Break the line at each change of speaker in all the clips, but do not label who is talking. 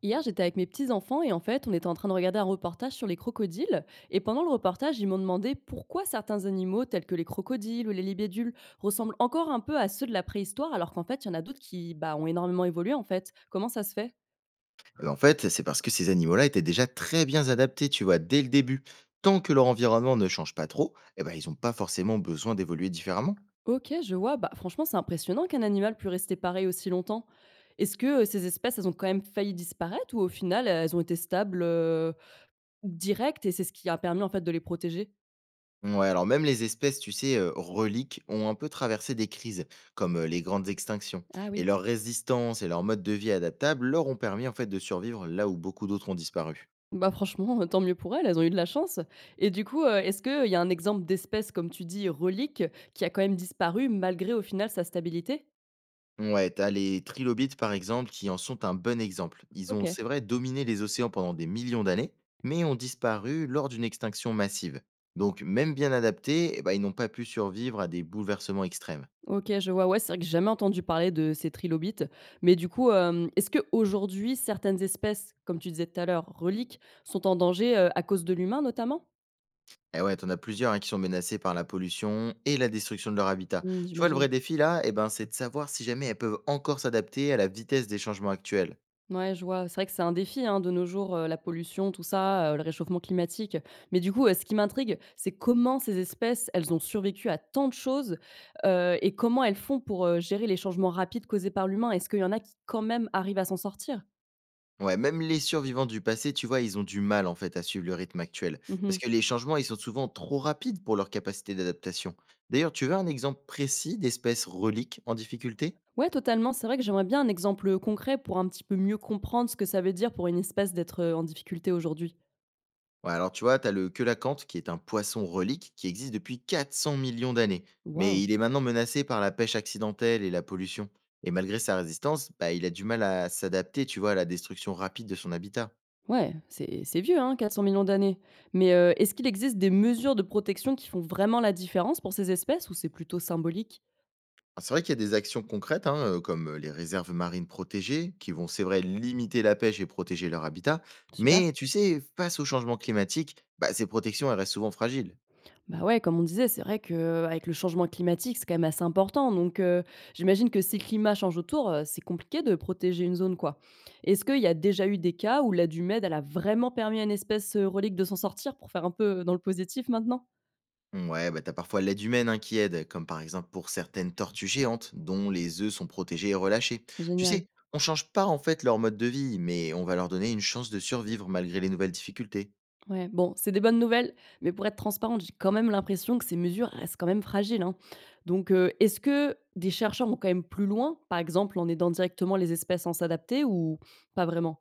Hier, j'étais avec mes petits-enfants et en fait, on était en train de regarder un reportage sur les crocodiles. Et pendant le reportage, ils m'ont demandé pourquoi certains animaux, tels que les crocodiles ou les libédules, ressemblent encore un peu à ceux de la préhistoire, alors qu'en fait, il y en a d'autres qui bah, ont énormément évolué en fait. Comment ça se fait?
En fait, c'est parce que ces animaux-là étaient déjà très bien adaptés, tu vois, dès le début. Tant que leur environnement ne change pas trop, eh ben, ils n'ont pas forcément besoin d'évoluer différemment.
Ok, je vois. Bah, franchement, c'est impressionnant qu'un animal puisse rester pareil aussi longtemps. Est-ce que ces espèces, elles ont quand même failli disparaître ou au final, elles ont été stables, directes et c'est ce qui a permis en fait de les protéger?
Ouais, alors même les espèces, tu sais, reliques, ont un peu traversé des crises, comme les grandes extinctions.
Ah
Et
oui.
leur résistance et leur mode de vie adaptable leur ont permis en fait de survivre là où beaucoup d'autres ont disparu.
Bah, franchement, tant mieux pour elles, elles ont eu de la chance et du coup, est-ce qu'il y a un exemple d'espèce, comme tu dis, relique, qui a quand même disparu malgré, au final, sa stabilité?
Ouais, t'as les trilobites, par exemple, qui en sont un bon exemple. Ils ont,
OK.
c'est vrai, dominé les océans pendant des millions d'années, mais ont disparu lors d'une extinction massive. Donc, même bien adaptés, eh ben, ils n'ont pas pu survivre à des bouleversements extrêmes.
OK, je vois, ouais, c'est vrai que j'ai jamais entendu parler de ces trilobites, mais du coup, est-ce que aujourd'hui, certaines espèces, comme tu disais tout à l'heure, reliques, sont en danger, à cause de l'humain, notamment?
Et ouais, t'en as plusieurs hein, qui sont menacés par la pollution et la destruction de leur habitat.
Mmh,
Tu vois, le
j'imagine.
vrai défi là, eh ben, c'est de savoir si jamais elles peuvent encore s'adapter à la vitesse des changements actuels.
Ouais, je vois. C'est vrai que c'est un défi, hein, de nos jours, la pollution, tout ça, le réchauffement climatique. Mais du coup, ce qui m'intrigue, c'est comment ces espèces, elles ont survécu à tant de choses, et comment elles font pour, gérer les changements rapides causés par l'humain? Est-ce qu'il y en a qui, quand même, arrivent à s'en sortir?
Ouais, même les survivants du passé, tu vois, ils ont du mal en fait à suivre le rythme actuel. Parce
Mmh.
que les changements, ils sont souvent trop rapides pour leur capacité d'adaptation. D'ailleurs, tu veux un exemple précis d'espèces reliques en difficulté?
Ouais, totalement. C'est vrai que j'aimerais bien un exemple concret pour un petit peu mieux comprendre ce que ça veut dire pour une espèce d'être, en difficulté aujourd'hui.
Ouais, alors tu vois, t'as le queulacanthe, qui est un poisson relique qui existe depuis 400 millions d'années.
Waouh!
Mais il est maintenant menacé par la pêche accidentelle et la pollution. Et malgré sa résistance, bah, il a du mal à s'adapter, tu vois, à la destruction rapide de son habitat.
Ouais, c'est vieux, hein, 400 millions d'années. Mais, est-ce qu'il existe des mesures de protection qui font vraiment la différence pour ces espèces ou c'est plutôt symbolique?
Ah, c'est vrai qu'il y a des actions concrètes, hein, comme les réserves marines protégées, qui vont, c'est vrai, limiter la pêche et protéger leur habitat.
Super.
Mais tu sais, face au changement climatique, bah, ces protections, elles restent souvent fragiles.
Bah, ouais, comme on disait, c'est vrai que avec le changement climatique, c'est quand même assez important. Donc, j'imagine que si le climat change autour, c'est compliqué de protéger une zone, quoi. Est-ce qu'il y a déjà eu des cas où l'aide humaine, elle a vraiment permis à une espèce, relique de s'en sortir pour faire un peu dans le positif maintenant?
Ouais, bah, t'as parfois l'aide humaine hein, qui aide, comme par exemple pour certaines tortues géantes, dont les œufs sont protégés et relâchés. Tu
Génial.
sais, on change pas en fait leur mode de vie, mais on va leur donner une chance de survivre malgré les nouvelles difficultés.
Ouais, bon, c'est des bonnes nouvelles, mais pour être transparente, j'ai quand même l'impression que ces mesures restent quand même fragiles, hein. Donc, est-ce que des chercheurs vont quand même plus loin, par exemple en aidant directement les espèces à s'adapter ou pas vraiment?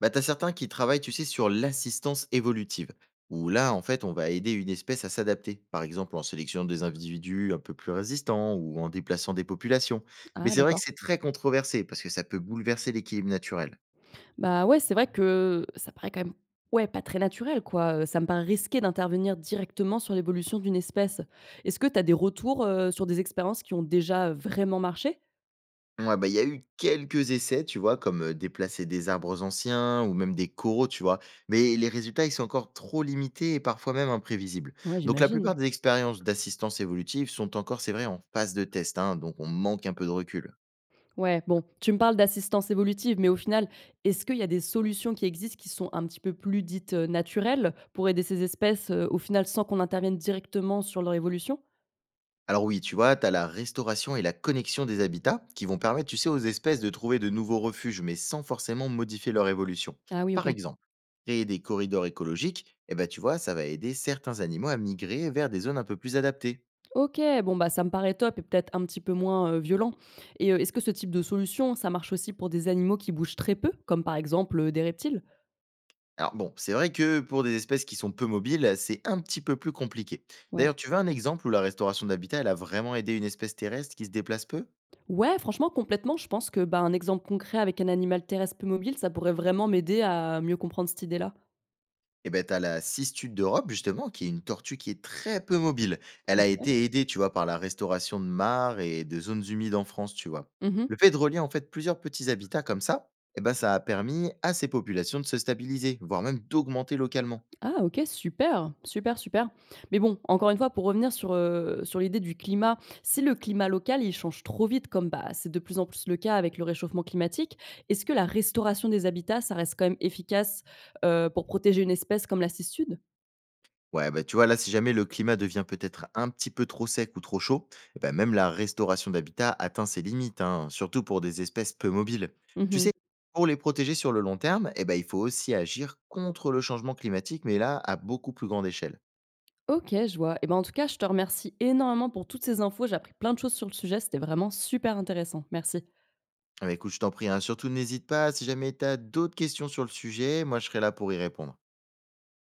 Bah, tu certains qui travaillent, tu sais, sur l'assistance évolutive, où là, en fait, on va aider une espèce à s'adapter, par exemple en sélectionnant des individus un peu plus résistants ou en déplaçant des populations. Mais
Ah
c'est vrai que
d'accord.
c'est très controversé parce que ça peut bouleverser l'équilibre naturel.
Bah, ouais, c'est vrai que ça paraît quand même ouais, pas très naturel quoi, ça me paraît risqué d'intervenir directement sur l'évolution d'une espèce. Est-ce que tu as des retours, sur des expériences qui ont déjà vraiment marché?
Ouais, bah, il y a eu quelques essais, tu vois, comme déplacer des arbres anciens ou même des coraux, tu vois, mais les résultats, ils sont encore trop limités et parfois même imprévisibles.
Ouais,
Donc, la
j'imagine.
plupart des expériences d'assistance évolutive sont encore, c'est vrai, en phase de test, hein, donc on manque un peu de recul.
Ouais, bon, tu me parles d'assistance évolutive, mais au final, est-ce qu'il y a des solutions qui existent qui sont un petit peu plus dites naturelles pour aider ces espèces au final sans qu'on intervienne directement sur leur évolution?
Alors oui, tu vois, tu as la restauration et la connexion des habitats qui vont permettre, tu sais, aux espèces de trouver de nouveaux refuges, mais sans forcément modifier leur évolution.
Ah oui,
Par Mhm.
ok.
exemple, créer des corridors écologiques, eh ben, tu vois, ça va aider certains animaux à migrer vers des zones un peu plus adaptées.
Ok, bon, bah ça me paraît top et peut-être un petit peu moins violent. Et est-ce que ce type de solution, ça marche aussi pour des animaux qui bougent très peu, comme par exemple des reptiles?
Alors bon, c'est vrai que pour des espèces qui sont peu mobiles, c'est un petit peu plus compliqué.
Ouais.
D'ailleurs, tu veux un exemple où la restauration d'habitat, elle a vraiment aidé une espèce terrestre qui se déplace peu?
Ouais, franchement, complètement. Je pense que bah, un exemple concret avec un animal terrestre peu mobile, ça pourrait vraiment m'aider à mieux comprendre cette idée-là.
Et ben t'as la cistude d'Europe justement, qui est une tortue qui est très peu mobile. Elle a
Ok.
été aidée, tu vois, par la restauration de mares et de zones humides en France, tu vois. Le
Mhm.
fait de relier en fait plusieurs petits habitats comme ça, et ben ça a permis à ces populations de se stabiliser, voire même d'augmenter localement.
Ah OK, super, super, super. Mais bon, encore une fois, pour revenir sur, sur l'idée du climat, si le climat local, il change trop vite comme, bah, c'est de plus en plus le cas avec le réchauffement climatique, est-ce que la restauration des habitats, ça reste quand même efficace, pour protéger une espèce comme la cistude?
Ouais, bah, tu vois, là, si jamais le climat devient peut-être un petit peu trop sec ou trop chaud, eh ben, même la restauration d'habitat atteint ses limites, hein, surtout pour des espèces peu mobiles. Tu
Mmh.
sais, pour les protéger sur le long terme, eh ben, il faut aussi agir contre le changement climatique, mais là, à beaucoup plus grande échelle.
OK, je vois. Et ben, en tout cas, je te remercie énormément pour toutes ces infos. J'ai appris plein de choses sur le sujet, c'était vraiment super intéressant. Merci.
Ah bah, écoute, je t'en prie, hein, surtout n'hésite pas, si jamais tu as d'autres questions sur le sujet, moi, je serai là pour y répondre.